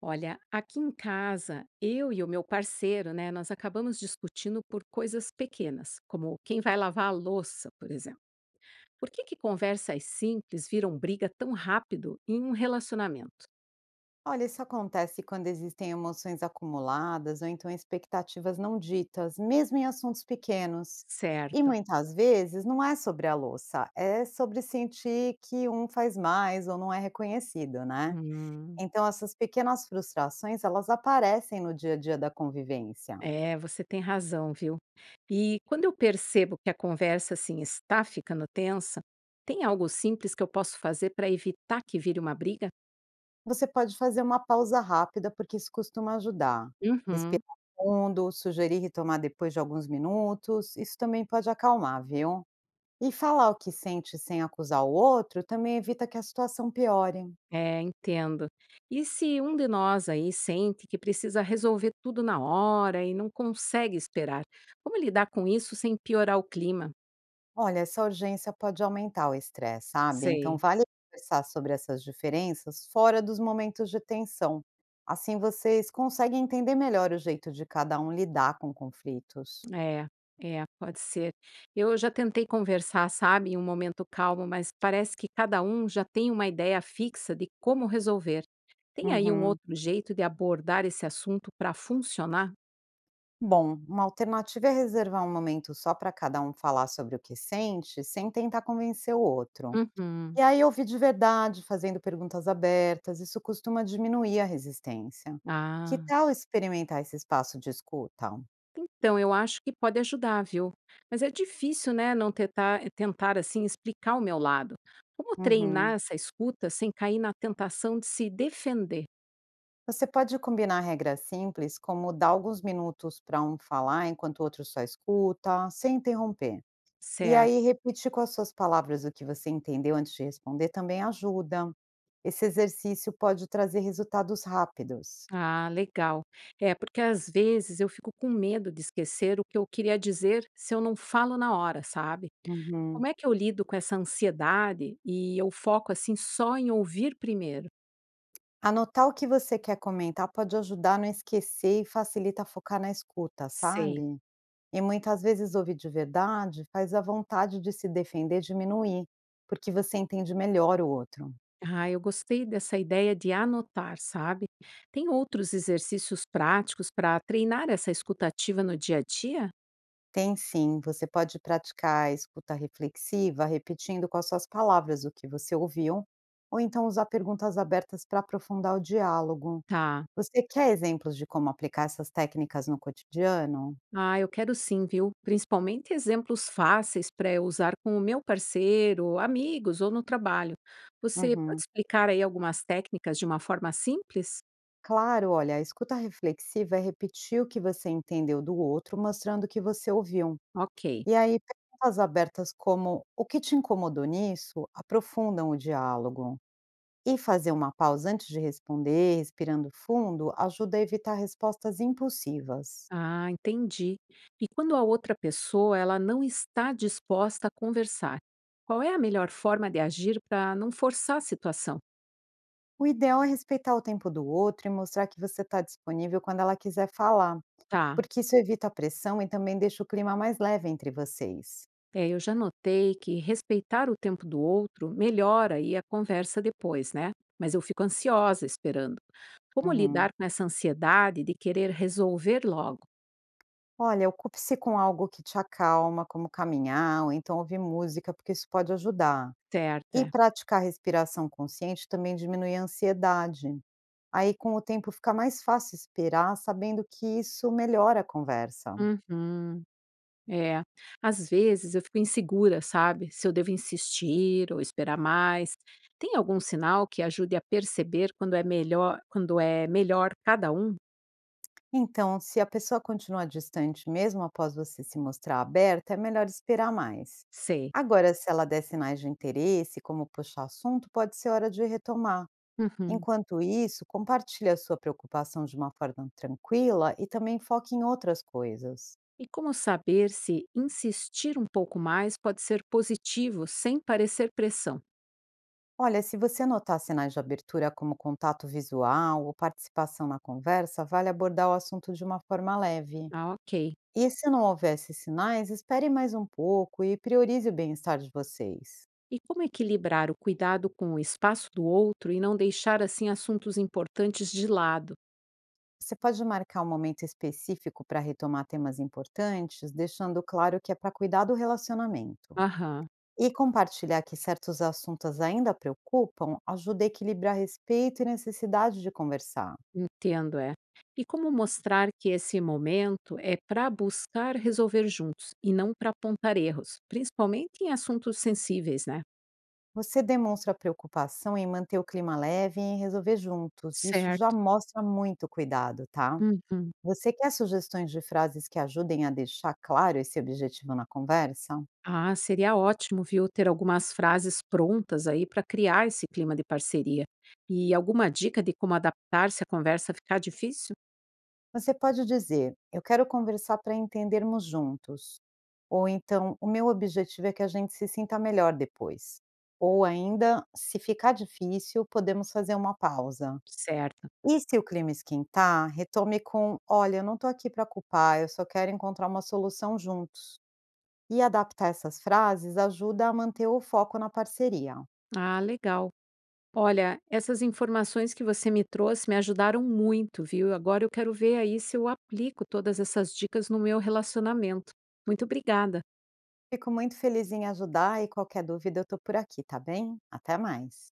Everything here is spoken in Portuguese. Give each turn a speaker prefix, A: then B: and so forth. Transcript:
A: Olha, aqui em casa, eu e o meu parceiro, né, nós acabamos discutindo por coisas pequenas, como quem vai lavar a louça, por exemplo. Por que que conversas simples viram briga tão rápido em um relacionamento?
B: Olha, isso acontece quando existem emoções acumuladas ou então expectativas não ditas, mesmo em assuntos pequenos. E
A: Certo.
B: muitas vezes não é sobre a louça, é sobre sentir que um faz mais ou não é reconhecido, né?
A: Hum.
B: Então essas pequenas frustrações, elas aparecem no dia a dia da convivência.
A: É, você tem razão, viu? E quando eu percebo que a conversa assim está ficando tensa, tem algo simples que eu posso fazer para evitar que vire uma briga?
B: Você pode fazer uma pausa rápida porque isso costuma ajudar. Respirar
A: Uhum.
B: fundo, sugerir retomar depois de alguns minutos, isso também pode acalmar, viu? E falar o que sente sem acusar o outro também evita que a situação piore.
A: É, entendo. E se um de nós aí sente que precisa resolver tudo na hora e não consegue esperar, como lidar com isso sem piorar o clima?
B: Olha, essa urgência pode aumentar o estresse, sabe? Então
A: Sei,
B: vale conversar sobre essas diferenças fora dos momentos de tensão. Assim vocês conseguem entender melhor o jeito de cada um lidar com conflitos.
A: é, é, pode ser. Eu já tentei conversar, sabe, em um momento calmo, mas parece que cada um já tem uma ideia fixa de como resolver. Tem aí um
B: Uhum.
A: outro jeito de abordar esse assunto para funcionar?
B: Bom, uma alternativa é reservar um momento só para cada um falar sobre o que sente, sem tentar convencer o outro.
A: Uhum.
B: E aí ouvir de verdade, fazendo perguntas abertas, isso costuma diminuir a resistência. Que
A: Ah.
B: tal experimentar esse espaço de escuta?
A: Então, eu acho que pode ajudar, viu? Mas é difícil, né, não tentar, tentar assim explicar o meu lado. Como treinar
B: Uhum.
A: essa escuta sem cair na tentação de se defender?
B: Você pode combinar regras simples, como dar alguns minutos para um falar enquanto o outro só escuta, sem interromper. E
A: Certo.
B: aí repetir com as suas palavras o que você entendeu antes de responder também ajuda. Esse exercício pode trazer resultados rápidos.
A: Ah, legal. É, porque às vezes eu fico com medo de esquecer o que eu queria dizer se eu não falo na hora, sabe?
B: Uhum.
A: Como é que eu lido com essa ansiedade e eu foco assim só em ouvir primeiro?
B: Anotar o que você quer comentar pode ajudar a não esquecer e facilita focar na escuta,
A: Sei.
B: sabe? E muitas vezes ouvir de verdade faz a vontade de se defender diminuir, porque você entende melhor o outro.
A: Ah, eu gostei dessa ideia de anotar, sabe? Tem outros exercícios práticos para treinar essa escutativa no dia a dia?
B: Tem sim, você pode praticar a escuta reflexiva, repetindo com as suas palavras o que você ouviu, ou então usar perguntas abertas para aprofundar o diálogo.
A: Tá.
B: Você quer exemplos de como aplicar essas técnicas no cotidiano?
A: Ah, eu quero sim, viu? Principalmente exemplos fáceis para eu usar com o meu parceiro, amigos ou no trabalho. Você pode
B: Uhum.
A: explicar aí algumas técnicas de uma forma simples?
B: Claro, olha, a escuta reflexiva é repetir o que você entendeu do outro, mostrando o que você ouviu.
A: Ok.
B: E aí, perguntas abertas como o que te incomodou nisso aprofundam o diálogo. E fazer uma pausa antes de responder, respirando fundo, ajuda a evitar respostas impulsivas.
A: Ah, entendi. E quando a outra pessoa ela não está disposta a conversar, qual é a melhor forma de agir para não forçar a situação?
B: O ideal é respeitar o tempo do outro e mostrar que você está disponível quando ela quiser falar,
A: Tá.
B: porque isso evita a pressão e também deixa o clima mais leve entre vocês.
A: É, eu já notei que respeitar o tempo do outro melhora aí a conversa depois, né? Mas eu fico ansiosa esperando. Como
B: Uhum.
A: lidar com essa ansiedade de querer resolver logo?
B: Olha, ocupe-se com algo que te acalma, como caminhar ou então ouvir música, porque isso pode ajudar.
A: Certo.
B: E
A: É.
B: praticar respiração consciente também diminui a ansiedade. Aí, com o tempo, fica mais fácil esperar, sabendo que isso melhora a conversa.
A: Uhum. É. Às vezes eu fico insegura, sabe? Se eu devo insistir ou esperar mais. Tem algum sinal que ajude a perceber quando é melhor cada um?
B: Então, se a pessoa continuar distante, mesmo após você se mostrar aberta, é melhor esperar mais.
A: Sei.
B: Agora, se ela der sinais de interesse, como puxar assunto, pode ser hora de retomar.
A: Uhum.
B: Enquanto isso, compartilhe a sua preocupação de uma forma tranquila e também foque em outras coisas.
A: E como saber se insistir um pouco mais pode ser positivo sem parecer pressão?
B: Olha, se você notar sinais de abertura como contato visual ou participação na conversa, vale abordar o assunto de uma forma leve.
A: Ah, ok.
B: E se não houver esses sinais, espere mais um pouco e priorize o bem-estar de vocês.
A: E como equilibrar o cuidado com o espaço do outro e não deixar assim assuntos importantes de lado?
B: Você pode marcar um momento específico para retomar temas importantes, deixando claro que é para cuidar do relacionamento.
A: Aham,
B: E compartilhar que certos assuntos ainda preocupam ajuda a equilibrar respeito e necessidade de conversar.
A: entendo, é. E como mostrar que esse momento é para buscar resolver juntos e não para apontar erros, principalmente em assuntos sensíveis, né?
B: Você demonstra preocupação em manter o clima leve e em resolver juntos. Isso já
A: Certo.
B: mostra muito cuidado, tá?
A: Uhum.
B: Você quer sugestões de frases que ajudem a deixar claro esse objetivo na conversa?
A: Ah, seria ótimo, viu, ter algumas frases prontas aí para criar esse clima de parceria. E alguma dica de como adaptar se a conversa ficar difícil?
B: Você pode dizer: Eu quero conversar para entendermos juntos. Ou então: "O meu objetivo é que a gente se sinta melhor depois". Ou ainda: "Se ficar difícil, podemos fazer uma pausa".
A: Certo.
B: E se o clima esquentar, retome com: "Olha, eu não estou aqui para culpar, eu só quero encontrar uma solução juntos". E adaptar essas frases ajuda a manter o foco na parceria.
A: Ah, legal. Olha, essas informações que você me trouxe me ajudaram muito, viu? Agora eu quero ver aí se eu aplico todas essas dicas no meu relacionamento. Muito obrigada.
B: Fico muito feliz em ajudar e qualquer dúvida eu estou por aqui, tá bem? Até mais.